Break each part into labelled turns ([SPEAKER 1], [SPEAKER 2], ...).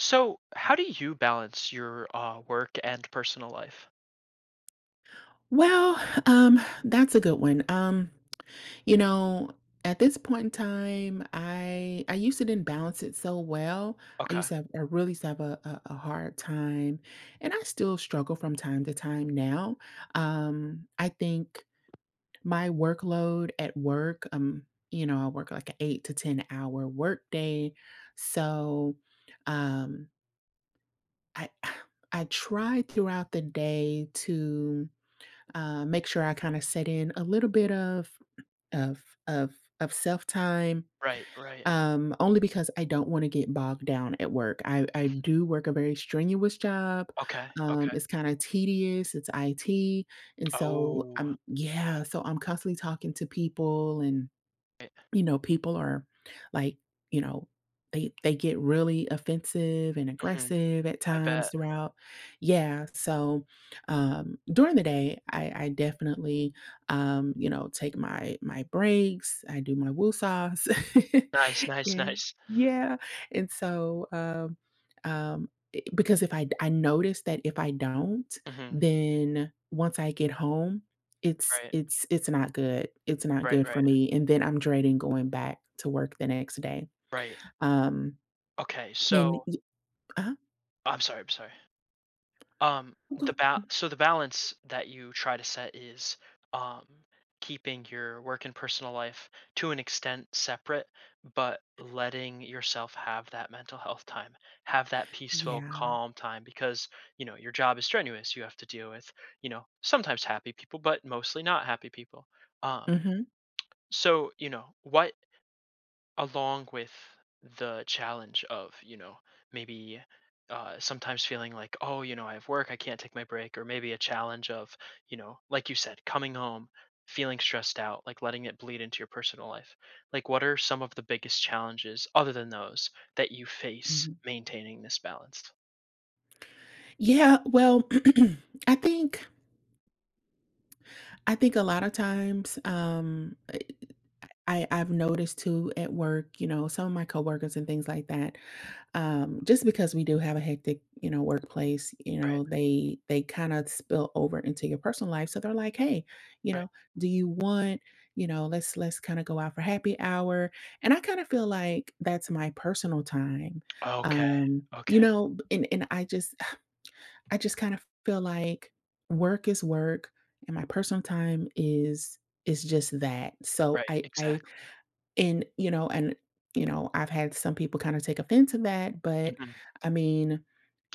[SPEAKER 1] So, how do you balance your work and personal life?
[SPEAKER 2] Well, um, that's a good one. You know, at this point in time, I used to didn't balance it so well. I
[SPEAKER 1] Okay.
[SPEAKER 2] used to have, I really used to have a hard time, and I still struggle from time to time now. I think my workload at work, I work like an 8 to 10 hour work day, so um, I I try throughout the day to make sure I kind of set in a little bit of of self time.
[SPEAKER 1] Right. Right.
[SPEAKER 2] Only because I don't want to get bogged down at work. I
[SPEAKER 1] Mhm.
[SPEAKER 2] do work a very strenuous job.
[SPEAKER 1] Okay. Okay.
[SPEAKER 2] It's kind of tedious. It's IT, and so
[SPEAKER 1] Oh.
[SPEAKER 2] I'm yeah. So I'm constantly talking to people and
[SPEAKER 1] Right.
[SPEAKER 2] you know, people are like, you know, they get really offensive and
[SPEAKER 1] Hmm.
[SPEAKER 2] aggressive at
[SPEAKER 1] I
[SPEAKER 2] times
[SPEAKER 1] bet.
[SPEAKER 2] throughout. Yeah, so during the day, I definitely, take my breaks. I do my woosahs,
[SPEAKER 1] Nice. Nice.
[SPEAKER 2] and
[SPEAKER 1] Nice.
[SPEAKER 2] yeah, and so um, because if I notice that if I don't,
[SPEAKER 1] Hmm.
[SPEAKER 2] then once I get home, it's
[SPEAKER 1] Right.
[SPEAKER 2] it's it's not good. It's not
[SPEAKER 1] Right.
[SPEAKER 2] good for
[SPEAKER 1] Right.
[SPEAKER 2] me, and then I'm dreading going back to work the next day.
[SPEAKER 1] Right.
[SPEAKER 2] Um,
[SPEAKER 1] Okay.
[SPEAKER 2] and
[SPEAKER 1] So,
[SPEAKER 2] y uh
[SPEAKER 1] I'm sorry. I'm sorry. Um,
[SPEAKER 2] go
[SPEAKER 1] the ba- so the balance that you try to set is um, keeping your work and personal life to an extent separate, but letting yourself have that mental health time, have that peaceful,
[SPEAKER 2] Yeah.
[SPEAKER 1] calm time because, you know, your job is strenuous. You have to deal with, you know, sometimes happy people, but mostly not happy people. Um,
[SPEAKER 2] Mhm,
[SPEAKER 1] so, you know, what along with the challenge of, you know, maybe sometimes feeling like, oh, you know, I have work, I can't take my break, or maybe a challenge of, you know, like you said, coming home feeling stressed out, like letting it bleed into your personal life, like what are some of the biggest challenges other than those that you face
[SPEAKER 2] mhm.
[SPEAKER 1] maintaining this balance?
[SPEAKER 2] Yeah, well, I think I think a lot of times, I've noticed too at work, you know, some of my coworkers and things like that. Just because we do have a hectic, you know, workplace, you
[SPEAKER 1] Right.
[SPEAKER 2] know, they kind of spill over into your personal life. So they're like, "Hey, you
[SPEAKER 1] Right.
[SPEAKER 2] know, do you want, you know, let's kind of go out for happy hour." And I kind of feel like that's my personal time.
[SPEAKER 1] Okay.
[SPEAKER 2] You
[SPEAKER 1] Okay.
[SPEAKER 2] know, and I just I just kind of feel like work is work and my personal time is just that. So
[SPEAKER 1] Right,
[SPEAKER 2] I
[SPEAKER 1] exactly.
[SPEAKER 2] and, I've had some people kinda take offense of that, but,
[SPEAKER 1] Hmm.
[SPEAKER 2] I mean,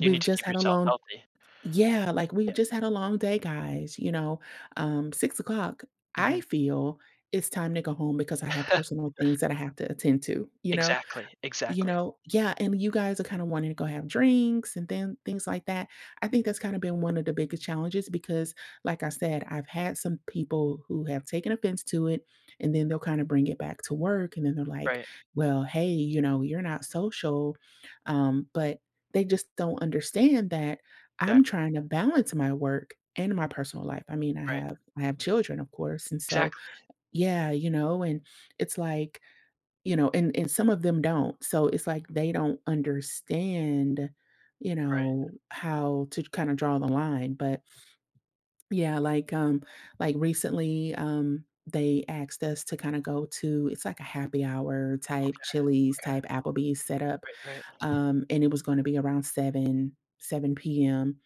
[SPEAKER 1] You need to
[SPEAKER 2] just
[SPEAKER 1] keep
[SPEAKER 2] had a
[SPEAKER 1] yourself
[SPEAKER 2] long
[SPEAKER 1] healthy.
[SPEAKER 2] Yeah, like, we've
[SPEAKER 1] Yeah.
[SPEAKER 2] just had a long day, guys, you know? 6 o'clock. I
[SPEAKER 1] Hmm.
[SPEAKER 2] feel it's time to go home because I have personal things that I have to attend to, you know?
[SPEAKER 1] Exactly,
[SPEAKER 2] You
[SPEAKER 1] exactly.
[SPEAKER 2] know yeah, and you guys are kinda wanting to go have drinks and then things like that. I think that's kinda been one of the biggest challenges because, like I said, I've had some people who have taken offense to it, and then they'll kinda bring it back to work, and then they're like,
[SPEAKER 1] Right,
[SPEAKER 2] "Well, hey, you know, you're not social." But they just don't understand that I'm trying
[SPEAKER 1] exactly.
[SPEAKER 2] to balance my work and my personal life. I mean,
[SPEAKER 1] Right,
[SPEAKER 2] I have children, of course, and so
[SPEAKER 1] exactly.
[SPEAKER 2] yeah, you know, and it's like you know, and some of them don't. So it's like they don't understand, you
[SPEAKER 1] Right.
[SPEAKER 2] know, how to kinda draw the line. But yeah, like recently, they asked us to kinda go to it's like a happy hour type
[SPEAKER 1] Okay,
[SPEAKER 2] Chili's,
[SPEAKER 1] okay.
[SPEAKER 2] type Applebee's setup,
[SPEAKER 1] Right, right,
[SPEAKER 2] and it was gonna be around 7 p.m.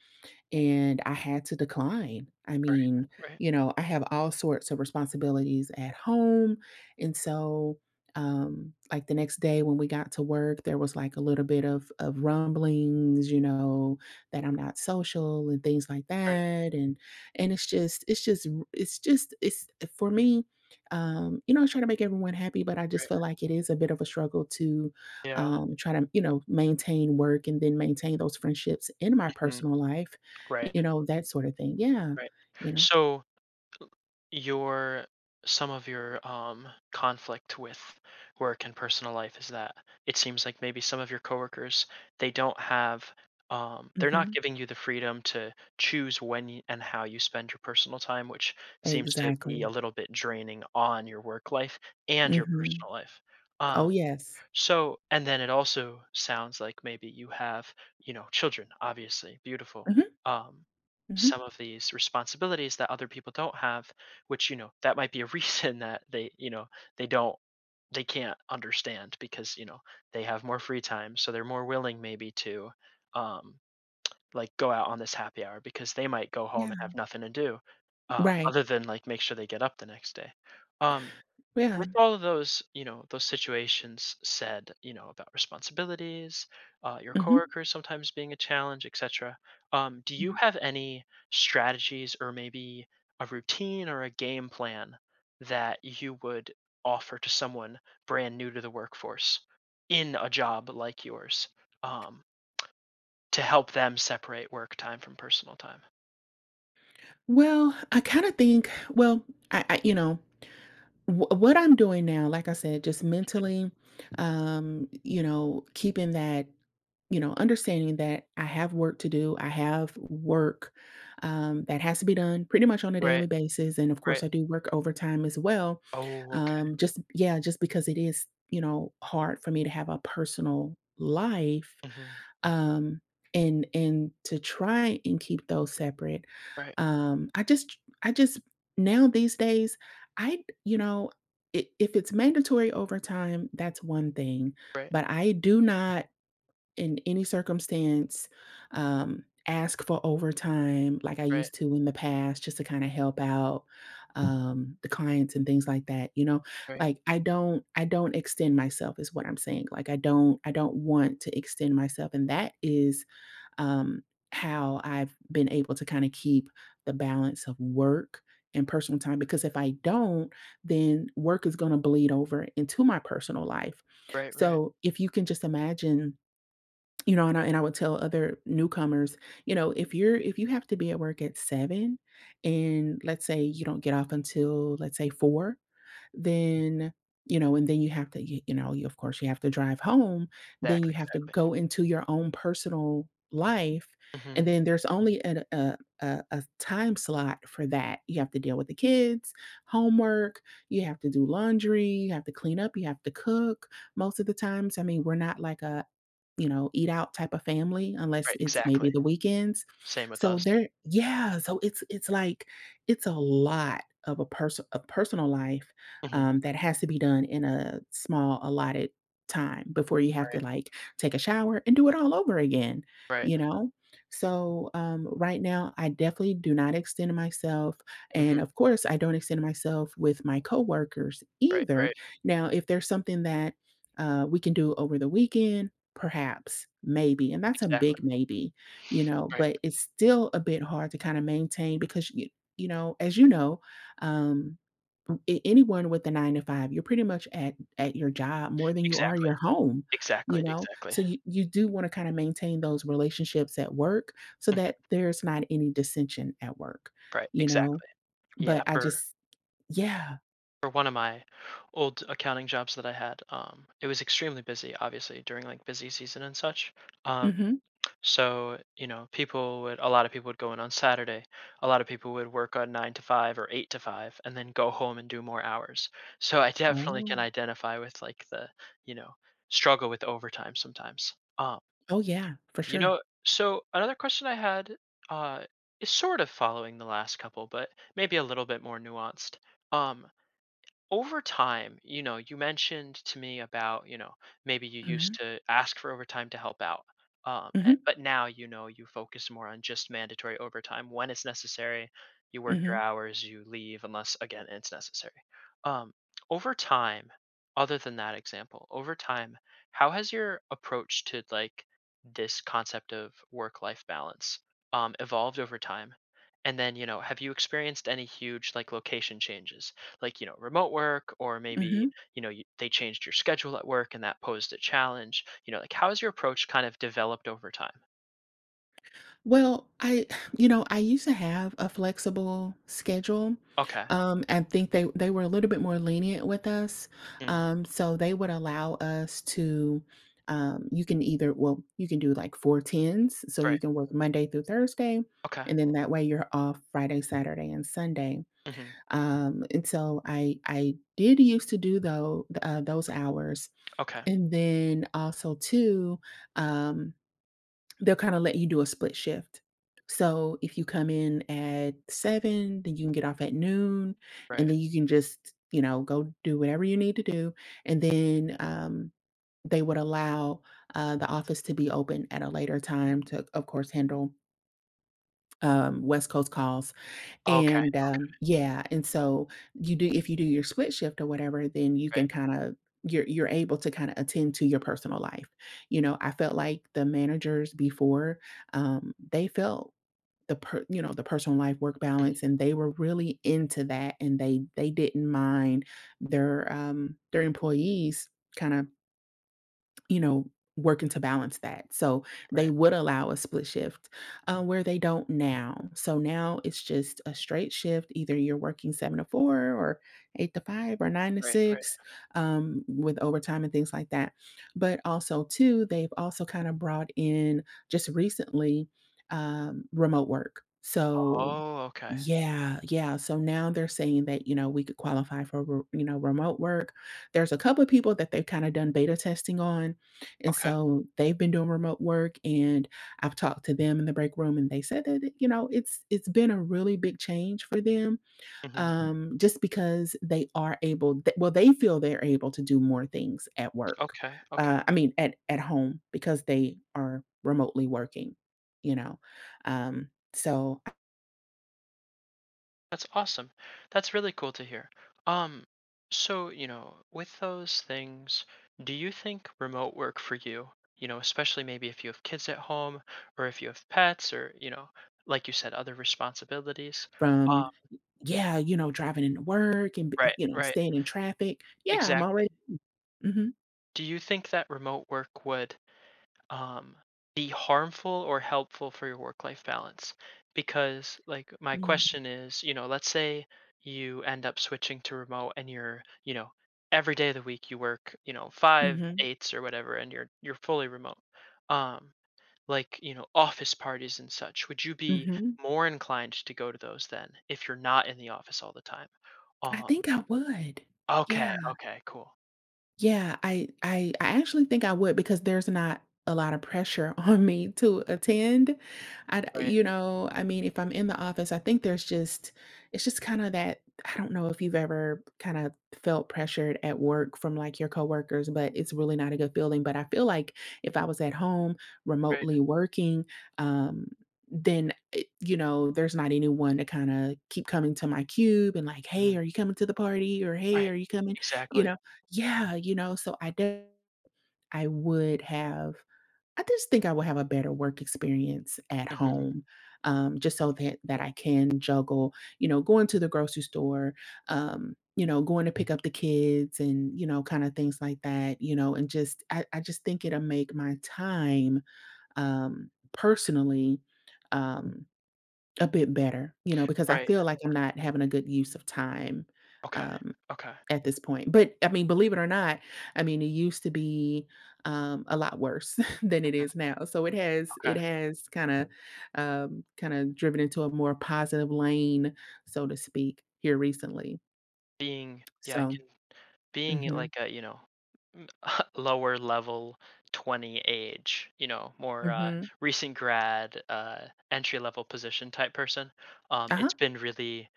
[SPEAKER 2] and I had to decline. I mean,
[SPEAKER 1] right, right,
[SPEAKER 2] you know, I have all sorts of responsibilities at home. And so, like the next day when we got to work, there was like a little bit of rumblings, you know, that I'm not social and things like
[SPEAKER 1] right,
[SPEAKER 2] that. And it's just, r- it's just, it's for me, you know, I try to make everyone happy, but I just feel
[SPEAKER 1] right.
[SPEAKER 2] like it is a bit of a struggle to
[SPEAKER 1] Yeah.
[SPEAKER 2] try to, you know, maintain work and then maintain those friendships in my
[SPEAKER 1] Mhm.
[SPEAKER 2] personal life
[SPEAKER 1] Right,
[SPEAKER 2] you know, that sort of thing. Yeah,
[SPEAKER 1] right.
[SPEAKER 2] you know?
[SPEAKER 1] So, your some of your, conflict with work and personal life is that it seems like maybe some of your coworkers, they don't have, um, they're not
[SPEAKER 2] Mhm.
[SPEAKER 1] giving you the freedom to choose when y and how you spend your personal time, which seems to be a
[SPEAKER 2] Exactly.
[SPEAKER 1] little bit draining on your work life and your
[SPEAKER 2] Mhm.
[SPEAKER 1] personal life.
[SPEAKER 2] Oh,
[SPEAKER 1] Um,
[SPEAKER 2] yes.
[SPEAKER 1] so, and then it also sounds like maybe you have, you know, children, obviously, beautiful.
[SPEAKER 2] Mhm,
[SPEAKER 1] Um,
[SPEAKER 2] mhm.
[SPEAKER 1] some of these responsibilities that other people don't have, which, you know, that might be a reason that they, you know, they don't, they can't understand because, you know, they have more free time. So they're more willing maybe to, um, like go out on this happy hour because they might go home and
[SPEAKER 2] Yeah.
[SPEAKER 1] have nothing to do,
[SPEAKER 2] Right.
[SPEAKER 1] other than, like, make sure they get up the next day. Um,
[SPEAKER 2] Yeah.
[SPEAKER 1] with all of those, you know, those situations said, you know, about responsibilities, your
[SPEAKER 2] Mhm,
[SPEAKER 1] coworkers sometimes being a challenge, etc. Do you
[SPEAKER 2] mhm.
[SPEAKER 1] have any strategies or maybe a routine or a game plan that you would offer to someone brand new to the workforce in a job like yours, um, to help them separate work time from personal time?
[SPEAKER 2] Well, I kinda think well, I you know, what I'm doing now, like I said, just
[SPEAKER 1] Mhm.
[SPEAKER 2] mentally, you know, keeping that you know, understanding that I have work that has to be done pretty much on a
[SPEAKER 1] Right,
[SPEAKER 2] daily basis, and of course,
[SPEAKER 1] right.
[SPEAKER 2] I do work overtime as well.
[SPEAKER 1] Oh, okay.
[SPEAKER 2] Just yeah, just because it is you know hard for me to have a personal life,
[SPEAKER 1] Hmm.
[SPEAKER 2] um, and to try and keep those separate.
[SPEAKER 1] Right,
[SPEAKER 2] I just now these days, I you know. If it's mandatory overtime, that's one thing,
[SPEAKER 1] right,
[SPEAKER 2] but I do not in any circumstance, ask for overtime like I
[SPEAKER 1] right,
[SPEAKER 2] used to in the past just to kinda help out, the clients and things like that, you know?
[SPEAKER 1] right,
[SPEAKER 2] Like, I don't extend myself is what I'm saying, like, I don't want to extend myself, and that is, um, how I've been able to kinda keep the balance of work and personal time, because if I don't, then work is gonna bleed over into my personal life.
[SPEAKER 1] right, right.
[SPEAKER 2] So, if you can just imagine you know, and I would tell other newcomers, you know, if you have to be at work at 7 and let's say you don't get off until let's say 4, then, you know, and then you have to, y you know, you of course, you have to drive home, then
[SPEAKER 1] Exactly,
[SPEAKER 2] you have to
[SPEAKER 1] exactly.
[SPEAKER 2] go into your own personal life, and
[SPEAKER 1] Mhm.
[SPEAKER 2] then there's only an a time slot for that. You have to deal with the kids, homework, you have to do laundry, you have to clean up, you have to cook. Most of the times, I mean, we're not like a you know, eat out type of family
[SPEAKER 1] Right,
[SPEAKER 2] unless it's
[SPEAKER 1] exactly.
[SPEAKER 2] maybe the weekends.
[SPEAKER 1] Same with
[SPEAKER 2] So
[SPEAKER 1] us.
[SPEAKER 2] there yeah, so it's like it's a lot of a personal life,
[SPEAKER 1] Mhm.
[SPEAKER 2] that has to be done in a small allotted time before you have to,
[SPEAKER 1] Right,
[SPEAKER 2] like, take a shower and do it all over again,
[SPEAKER 1] right.
[SPEAKER 2] you know? So, right now, I definitely do not extend myself,
[SPEAKER 1] Mhm.
[SPEAKER 2] and, of course, I don't extend myself with my coworkers
[SPEAKER 1] Right,
[SPEAKER 2] either.
[SPEAKER 1] right.
[SPEAKER 2] Now, if there's something that, we can do over the weekend perhaps, maybe, and that's a
[SPEAKER 1] Exactly.
[SPEAKER 2] big maybe, you know,
[SPEAKER 1] Right.
[SPEAKER 2] but it's still a bit hard to kinda maintain because you know, as you know, um, m a anyone with a 9 to 5, you're pretty much at your job more than you are
[SPEAKER 1] Exactly.
[SPEAKER 2] your home, you
[SPEAKER 1] Exactly,
[SPEAKER 2] know?
[SPEAKER 1] exactly.
[SPEAKER 2] So you do wanna kinda maintain those relationships at work so
[SPEAKER 1] Mhm.
[SPEAKER 2] that there's not any dissension at work,
[SPEAKER 1] Right,
[SPEAKER 2] you know?
[SPEAKER 1] exactly. Yeah,
[SPEAKER 2] But I
[SPEAKER 1] for
[SPEAKER 2] just yeah.
[SPEAKER 1] one of my old accounting jobs that I had, it was extremely busy, obviously, during, like, busy season and such. Um,
[SPEAKER 2] Mhm.
[SPEAKER 1] so, you know, people would a lot of people would go in on Saturday. A lot of people would work on 9 to 5 or 8 to 5 and then go home and do more hours. So I definitely
[SPEAKER 2] Oh.
[SPEAKER 1] can identify with, like, the, you know, struggle with overtime sometimes.
[SPEAKER 2] Oh, yeah, for
[SPEAKER 1] You
[SPEAKER 2] sure.
[SPEAKER 1] know, so another question I had, uh is sort of following the last couple, but maybe a little bit more nuanced. Um, over time, you know, you mentioned to me about, you know, maybe you used
[SPEAKER 2] Mhm.
[SPEAKER 1] to ask for overtime to help out. Um, a-
[SPEAKER 2] Mhm.
[SPEAKER 1] but now, you know, you focus more on just mandatory overtime when it's necessary. You work your
[SPEAKER 2] Mhm.
[SPEAKER 1] hours, you leave unless, again, it's necessary. Um, over time, other than that example, over time, how has your approach to, like, this concept of work life balance, evolved over time? And then, you know, have you experienced any huge, like, location changes? Like, you know, remote work, or maybe,
[SPEAKER 2] Mhm.
[SPEAKER 1] you know, they changed your schedule at work and that posed a challenge? You know, like, how has your approach kind of developed over time?
[SPEAKER 2] Well, you know, I used to have a flexible schedule.
[SPEAKER 1] Okay.
[SPEAKER 2] I think they were a little bit more lenient with us.
[SPEAKER 1] Mm,
[SPEAKER 2] So they would allow us to, you can either, well, you can do like 4 10s, so
[SPEAKER 1] right.
[SPEAKER 2] you can work Monday through Thursday,
[SPEAKER 1] Okay.
[SPEAKER 2] and then that way you're off Friday, Saturday, and Sunday.
[SPEAKER 1] Hmm.
[SPEAKER 2] And so I did used to do though those hours,
[SPEAKER 1] Okay.
[SPEAKER 2] and then also too. Um, they'll kind of let you do a split shift. So if you come in at seven, then you can get off at noon, and
[SPEAKER 1] Right.
[SPEAKER 2] then you can just, you know, go do whatever you need to do. And then they would allow the office to be open at a later time to, of course, handle West Coast calls.
[SPEAKER 1] Okay. Okay.
[SPEAKER 2] Yeah, and so you do if you do your split shift or whatever, then you can
[SPEAKER 1] Right.
[SPEAKER 2] kinda you're able to kinda attend to your personal life. You know, I felt like the managers before, they felt the per you know, the personal life work
[SPEAKER 1] Mhm.
[SPEAKER 2] balance, and they were really into that, and they didn't mind their employees kinda you know, working to balance that. So they
[SPEAKER 1] Right.
[SPEAKER 2] would allow a split shift where they don't now. So now it's just a straight shift. Either you're working 7 to 4 or 8 to 5 or nine to
[SPEAKER 1] Right. Right.
[SPEAKER 2] six with overtime and things like that. But also, too, they've also kind of brought in just recently remote work. So
[SPEAKER 1] Oh, okay.
[SPEAKER 2] yeah, yeah. So now they're saying that, you know, we could qualify for, you know, remote work. There's a couple of people that they've kind of done beta testing on and
[SPEAKER 1] Okay.
[SPEAKER 2] so they've been doing remote work and I've talked to them in the break room and they said that, you know, it's been a really big change for them
[SPEAKER 1] Hmm.
[SPEAKER 2] just because they are able well they feel they're able to do more things at work.
[SPEAKER 1] Okay. Okay.
[SPEAKER 2] I mean at home because they are remotely working, you know. So
[SPEAKER 1] That's awesome. That's really cool to hear. Um, so, you know, with those things, do you think remote work for you, you know, especially maybe if you have kids at home, or if you have pets, or, you know, like you said, other responsibilities? Um,
[SPEAKER 2] from yeah, you know, driving into work and
[SPEAKER 1] right,
[SPEAKER 2] you know,
[SPEAKER 1] right,
[SPEAKER 2] staying in traffic. Yeah, I'm
[SPEAKER 1] exactly.
[SPEAKER 2] already mhm,
[SPEAKER 1] Do you think that remote work would, um, be harmful or helpful for your work life balance? Because, like, my
[SPEAKER 2] mm,
[SPEAKER 1] question is, you know, let's say you end up switching to remote and you're, you know, every day of the week you work, you know, five
[SPEAKER 2] mhm,
[SPEAKER 1] eights or whatever, and you're fully remote. Um, like, you know, office parties and such. Would you be
[SPEAKER 2] mhm.
[SPEAKER 1] more inclined to go to those then if you're not in the office all the time?
[SPEAKER 2] I
[SPEAKER 1] Um,
[SPEAKER 2] think I would.
[SPEAKER 1] okay,
[SPEAKER 2] Yeah.
[SPEAKER 1] okay, cool.
[SPEAKER 2] Yeah, I actually think I would because there's not a lot of pressure on me to attend.
[SPEAKER 1] Right,
[SPEAKER 2] You know, I mean, if I'm in the office, I think there's just it's just kind of that I don't know if you've ever kind of felt pressured at work from like your coworkers, but it's really not a good feeling. But I feel like if I was at home
[SPEAKER 1] right,
[SPEAKER 2] remotely working, um, then it, you know, there's not anyone to kind of keep coming to my cube and like, hey,
[SPEAKER 1] mhm,
[SPEAKER 2] are you coming to the party? Or hey,
[SPEAKER 1] right,
[SPEAKER 2] are you coming? You
[SPEAKER 1] exactly.
[SPEAKER 2] know. Yeah, you know, I would have I just think I would have a better work experience at
[SPEAKER 1] Hmm.
[SPEAKER 2] home, just so that I can juggle, you know, going to the grocery store, you know, going to pick up the kids and, you know, kind of things like that, you know, and just I just think it'll make my time personally um a bit better, you know, because I
[SPEAKER 1] Right.
[SPEAKER 2] feel like I'm not having a good use of time.
[SPEAKER 1] Okay,
[SPEAKER 2] Um
[SPEAKER 1] okay.
[SPEAKER 2] at this point, but I
[SPEAKER 1] Right.
[SPEAKER 2] mean, believe it or not, I mean, it used to be, a lot worse than it
[SPEAKER 1] Mhm,
[SPEAKER 2] is now. So it
[SPEAKER 1] okay.
[SPEAKER 2] has kinda, kinda driven into a more positive lane, so to speak, here recently.
[SPEAKER 1] Being, yeah, I
[SPEAKER 2] So
[SPEAKER 1] can being
[SPEAKER 2] mhm,
[SPEAKER 1] like a, you know, m- lower level 20 age, you know, more
[SPEAKER 2] mhm.
[SPEAKER 1] recent grad, entry level position type person,
[SPEAKER 2] Uh-huh,
[SPEAKER 1] it's been really,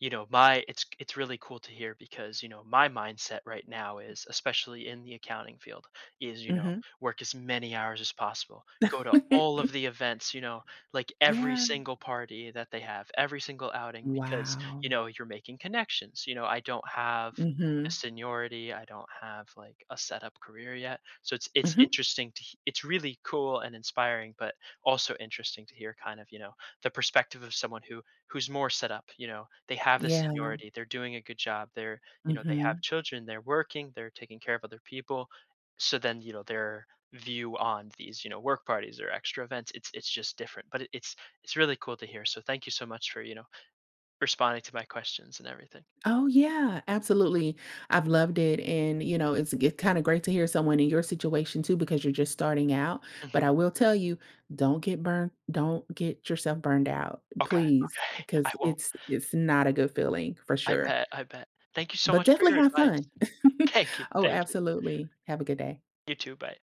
[SPEAKER 1] you know, my it's really cool to hear because, you know, my mindset right now is, especially in the accounting field, is, you know,
[SPEAKER 2] mhm.
[SPEAKER 1] work as many hours as possible, go to all of the events, you know, like every
[SPEAKER 2] Yeah.
[SPEAKER 1] single party that they have, every single outing, because,
[SPEAKER 2] Wow.
[SPEAKER 1] you know, you're making connections. You know, I don't have the
[SPEAKER 2] Mhm,
[SPEAKER 1] seniority. I don't have like a set up career yet. So it's
[SPEAKER 2] mhm.
[SPEAKER 1] interesting to it's really cool and inspiring, but also interesting to hear kind of, you know, the perspective of someone who who's more set up, you know, they have the
[SPEAKER 2] Yeah,
[SPEAKER 1] seniority, they're doing a good job, they're, you know, they have
[SPEAKER 2] mhm.
[SPEAKER 1] children, they're working, they're taking care of other people. So then, you know, their view on these, you know, work parties or extra events, it's just different. But it's really cool to hear. So thank you so much for, you know, responding to my questions and everything.
[SPEAKER 2] Oh yeah, absolutely. I've loved it and you know, it's kind of great to hear someone in your situation too because you're just starting out, but
[SPEAKER 1] Hmm.
[SPEAKER 2] I will tell you, don't get yourself burned out,
[SPEAKER 1] Okay,
[SPEAKER 2] please,
[SPEAKER 1] okay. I
[SPEAKER 2] because
[SPEAKER 1] won't.
[SPEAKER 2] it's not a good feeling for
[SPEAKER 1] I
[SPEAKER 2] sure.
[SPEAKER 1] bet, I bet. Thank you so
[SPEAKER 2] But
[SPEAKER 1] much for
[SPEAKER 2] definitely
[SPEAKER 1] your
[SPEAKER 2] have
[SPEAKER 1] advice.
[SPEAKER 2] fun.
[SPEAKER 1] Thank you,
[SPEAKER 2] Oh,
[SPEAKER 1] thank you.
[SPEAKER 2] absolutely. Have a good day.
[SPEAKER 1] You too, bye.